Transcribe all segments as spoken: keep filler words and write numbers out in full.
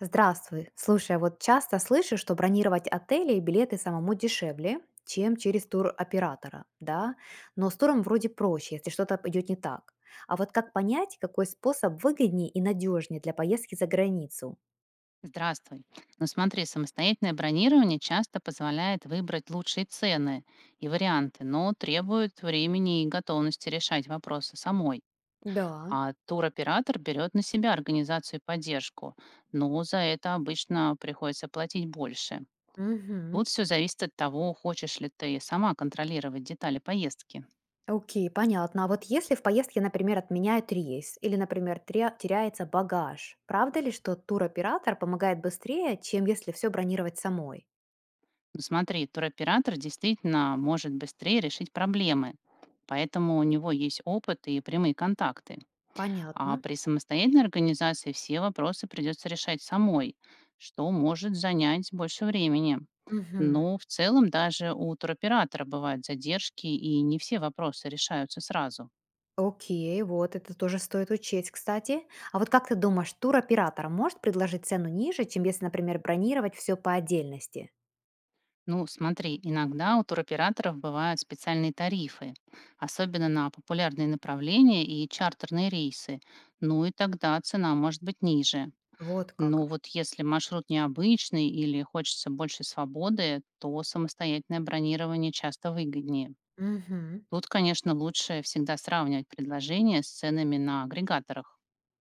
Здравствуй. Слушай, а вот часто слышу, что бронировать отели и билеты самому дешевле, чем через туроператора, да? Но с туром вроде проще, если что-то идет не так. А вот как понять, какой способ выгоднее и надежнее для поездки за границу? Здравствуй. Ну смотри, самостоятельное бронирование часто позволяет выбрать лучшие цены и варианты, но требует времени и готовности решать вопросы самой. Да. А туроператор берет на себя организацию и поддержку, но за это обычно приходится платить больше. Угу. Тут все зависит от того, хочешь ли ты сама контролировать детали поездки. Окей, понятно. А вот если в поездке, например, отменяют рейс или, например, тря- теряется багаж, правда ли, что туроператор помогает быстрее, чем если все бронировать самой? Ну смотри, туроператор действительно может быстрее решить проблемы, поэтому у него есть опыт и прямые контакты. А Понятно. при самостоятельной организации все вопросы придется решать самой, что может занять больше времени. Мгм. Но в целом даже у туроператора бывают задержки, и не все вопросы решаются сразу. Окей, вот это тоже стоит учесть, кстати. А вот как ты думаешь, туроператор может предложить цену ниже, чем если, например, бронировать все по отдельности? Ну, смотри, иногда у туроператоров бывают специальные тарифы, особенно на популярные направления и чартерные рейсы. Ну и тогда цена может быть ниже. Вот Но как. вот если маршрут необычный или хочется больше свободы, то самостоятельное бронирование часто выгоднее. Угу. Тут, конечно, лучше всегда сравнивать предложения с ценами на агрегаторах.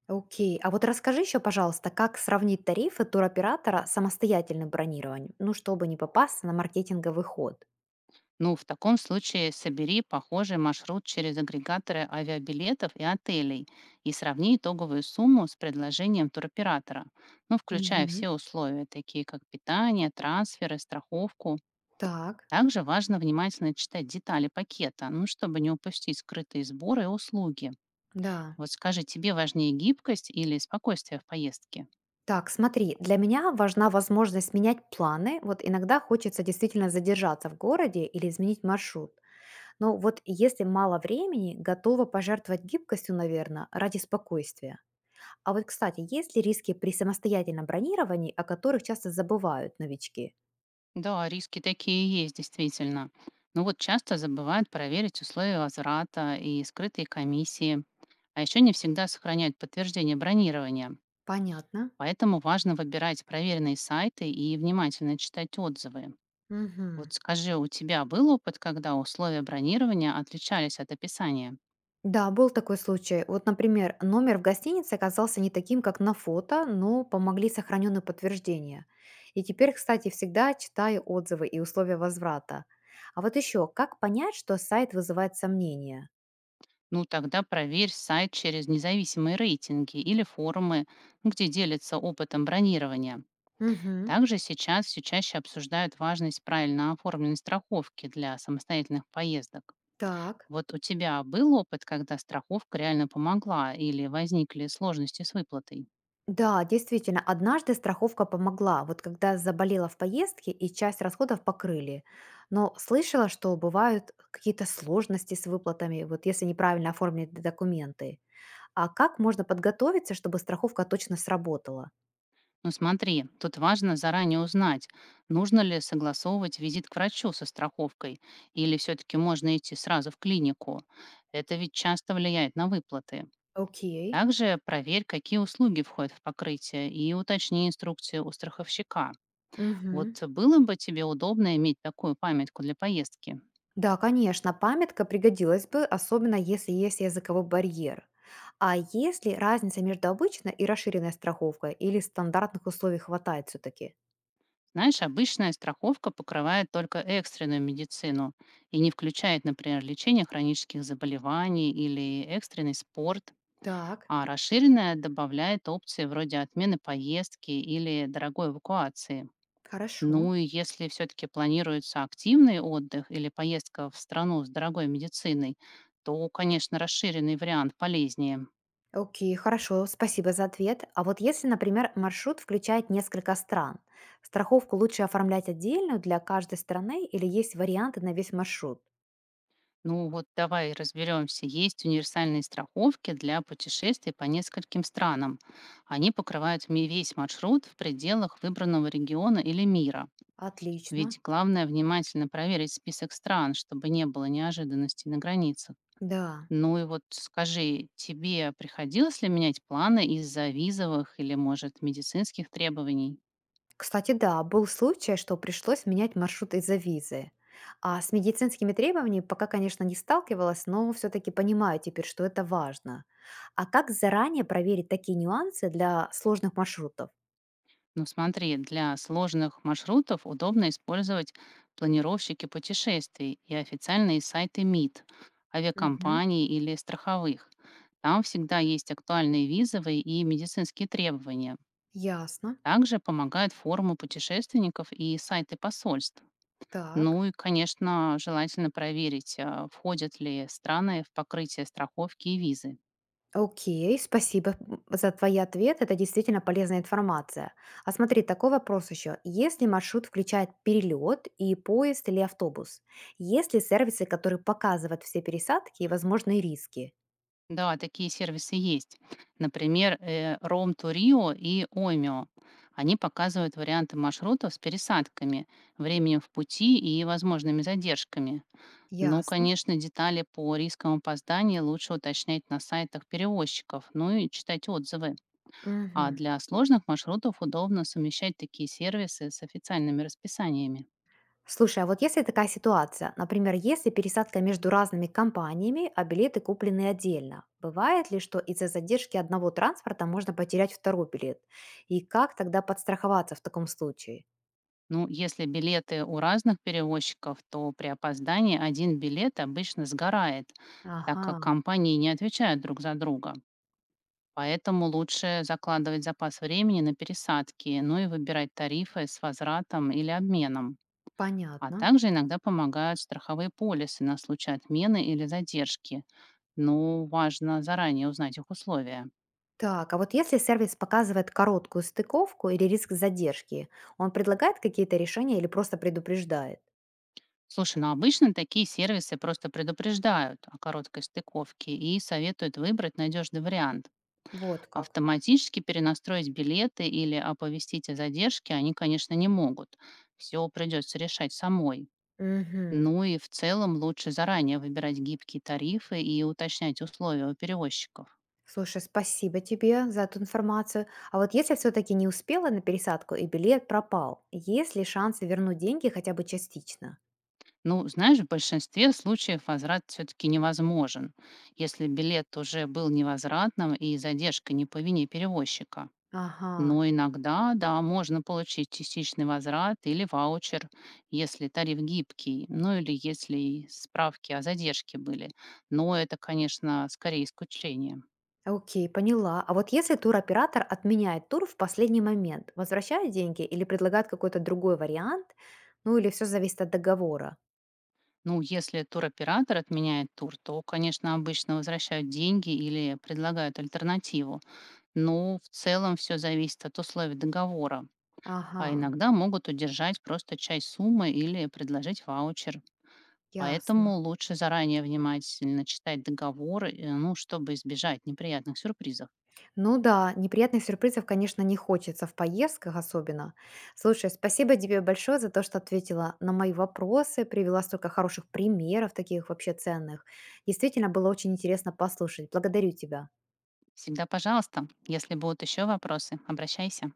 Окей. А вот расскажи еще, пожалуйста, как сравнить тарифы туроператора с самостоятельным бронированием, ну, чтобы не попасться на маркетинговый ход. Ну, в таком случае собери похожий маршрут через агрегаторы авиабилетов и отелей и сравни итоговую сумму с предложением туроператора, ну, включая Мгм. все условия, такие как питание, трансферы, страховку. Так, Также важно внимательно читать детали пакета, ну, чтобы не упустить скрытые сборы и услуги. да. Вот скажи, тебе важнее гибкость или спокойствие в поездке? Так, смотри, для меня важна возможность менять планы. Вот иногда хочется действительно задержаться в городе или изменить маршрут. Ну вот если мало времени, готова пожертвовать гибкостью, наверное, ради спокойствия. А вот, кстати, есть ли риски при самостоятельном бронировании, о которых часто забывают новички? Да, риски такие есть, действительно. Но вот часто забывают проверить условия возврата и скрытые комиссии. А еще не всегда сохраняют подтверждение бронирования. Понятно. Поэтому важно выбирать проверенные сайты и внимательно читать отзывы. Мгм. Вот скажи, у тебя был опыт, когда условия бронирования отличались от описания? Да, был такой случай. Вот, например, номер в гостинице оказался не таким, как на фото, но помогли сохраненные подтверждения. И теперь, кстати, всегда читаю отзывы и условия возврата. А вот еще, как понять, что сайт вызывает сомнения? Ну тогда проверь сайт через независимые рейтинги или форумы, где делятся опытом бронирования. Угу. Также сейчас все чаще обсуждают важность правильно оформленной страховки для самостоятельных поездок. Так. Вот у тебя был опыт, когда страховка реально помогла или возникли сложности с выплатой? Да, действительно, однажды страховка помогла, вот когда заболела в поездке и часть расходов покрыли. Но слышала, что бывают какие-то сложности с выплатами, вот если неправильно оформлены документы. А как можно подготовиться, чтобы страховка точно сработала? Ну смотри, тут важно заранее узнать, нужно ли согласовывать визит к врачу со страховкой или все-таки можно идти сразу в клинику. Это ведь часто влияет на выплаты. Окей. Также проверь, какие услуги входят в покрытие, и уточни инструкцию у страховщика. Вот Мгм. было бы тебе удобно иметь такую памятку для поездки. Да, конечно, памятка пригодилась бы, особенно если есть языковой барьер. А есть ли разница между обычной и расширенной страховкой или стандартных условий хватает все-таки? Знаешь, обычная страховка покрывает только экстренную медицину и не включает, например, лечение хронических заболеваний или экстренный спорт, Так, а расширенная добавляет опции вроде отмены поездки или дорогой эвакуации. хорошо. Ну и если все-таки планируется активный отдых или поездка в страну с дорогой медициной, то, конечно, расширенный вариант полезнее. Окей, хорошо, спасибо за ответ. А вот если, например, маршрут включает несколько стран, страховку лучше оформлять отдельную для каждой страны или есть варианты на весь маршрут? Ну вот давай разберемся. Есть универсальные страховки для путешествий по нескольким странам. Они покрывают ми- весь маршрут в пределах выбранного региона или мира. Отлично. Ведь главное внимательно проверить список стран, чтобы не было неожиданностей на границах. Да. Ну и вот скажи, тебе приходилось ли менять планы из-за визовых или, может, медицинских требований? Кстати, да, был случай, что пришлось менять маршрут из-за визы. А с медицинскими требованиями пока, конечно, не сталкивалась, но все-таки понимаю теперь, что это важно. А как заранее проверить такие нюансы для сложных маршрутов? Ну смотри, для сложных маршрутов удобно использовать планировщики путешествий и официальные сайты мид, Мгм. авиакомпаний или страховых. Там всегда есть актуальные визовые и медицинские требования. Ясно. Также помогают форумы путешественников и сайты посольств. Так. Ну и, конечно, желательно проверить, а, входят ли страны в покрытие страховки и визы. Окей, спасибо м, за твои ответы. Это действительно полезная информация. А смотри, такой вопрос еще. Если маршрут включает перелет и поезд или автобус? Есть ли сервисы, которые показывают все пересадки и возможные риски? Да, такие сервисы есть. Например, ром Турио и Омио. Они показывают варианты маршрутов с пересадками, временем в пути и возможными задержками. Ну, Ясно. конечно, детали по рискам опоздания лучше уточнять на сайтах перевозчиков, ну и читать отзывы. А Мгм. для сложных маршрутов удобно совмещать такие сервисы с официальными расписаниями. Слушай, а вот если такая ситуация, например, если пересадка между разными компаниями, а билеты куплены отдельно, бывает ли, что из-за задержки одного транспорта можно потерять второй билет? И как тогда подстраховаться в таком случае? Ну, если билеты у разных перевозчиков, то при опоздании один билет обычно сгорает, так как Ага. компании не отвечают друг за друга. Поэтому лучше закладывать запас времени на пересадки, ну и выбирать тарифы с возвратом или обменом. А Понятно. также иногда помогают страховые полисы на случай отмены или задержки. Но важно заранее узнать их условия. Так, а вот если сервис показывает короткую стыковку или риск задержки, он предлагает какие-то решения или просто предупреждает? Слушай, ну обычно такие сервисы просто предупреждают о короткой стыковке и советуют выбрать надежный вариант. Вот как. Автоматически перенастроить билеты или оповестить о задержке они, конечно, не могут. Все придется решать самой. Угу. Ну и в целом лучше заранее выбирать гибкие тарифы и уточнять условия у перевозчиков. Слушай, спасибо тебе за эту информацию. А вот если все-таки не успела на пересадку и билет пропал, есть ли шансы вернуть деньги хотя бы частично? Ну, знаешь, в большинстве случаев возврат все-таки невозможен, если билет уже был невозвратным и задержка не по вине перевозчика. Ага. Но иногда, да, можно получить частичный возврат или ваучер, если тариф гибкий, ну или если и справки о задержке были. Но это, конечно, скорее исключение. Окей, поняла. А вот если туроператор отменяет тур в последний момент, возвращает деньги или предлагает какой-то другой вариант, ну или все зависит от договора? Ну, если туроператор отменяет тур, то, конечно, обычно возвращают деньги или предлагают альтернативу. Но в целом все зависит от условий договора. А Ага. иногда могут удержать просто часть суммы или предложить ваучер. Поэтому Ясно. лучше заранее внимательно читать договоры, э, ну, чтобы избежать неприятных сюрпризов. Ну да, неприятных сюрпризов, конечно, не хочется в поездках особенно. Слушай, спасибо тебе большое за то, что ответила на мои вопросы, привела столько хороших примеров таких вообще ценных. Действительно было очень интересно послушать. Благодарю тебя. Всегда пожалуйста. Если будут еще вопросы, обращайся.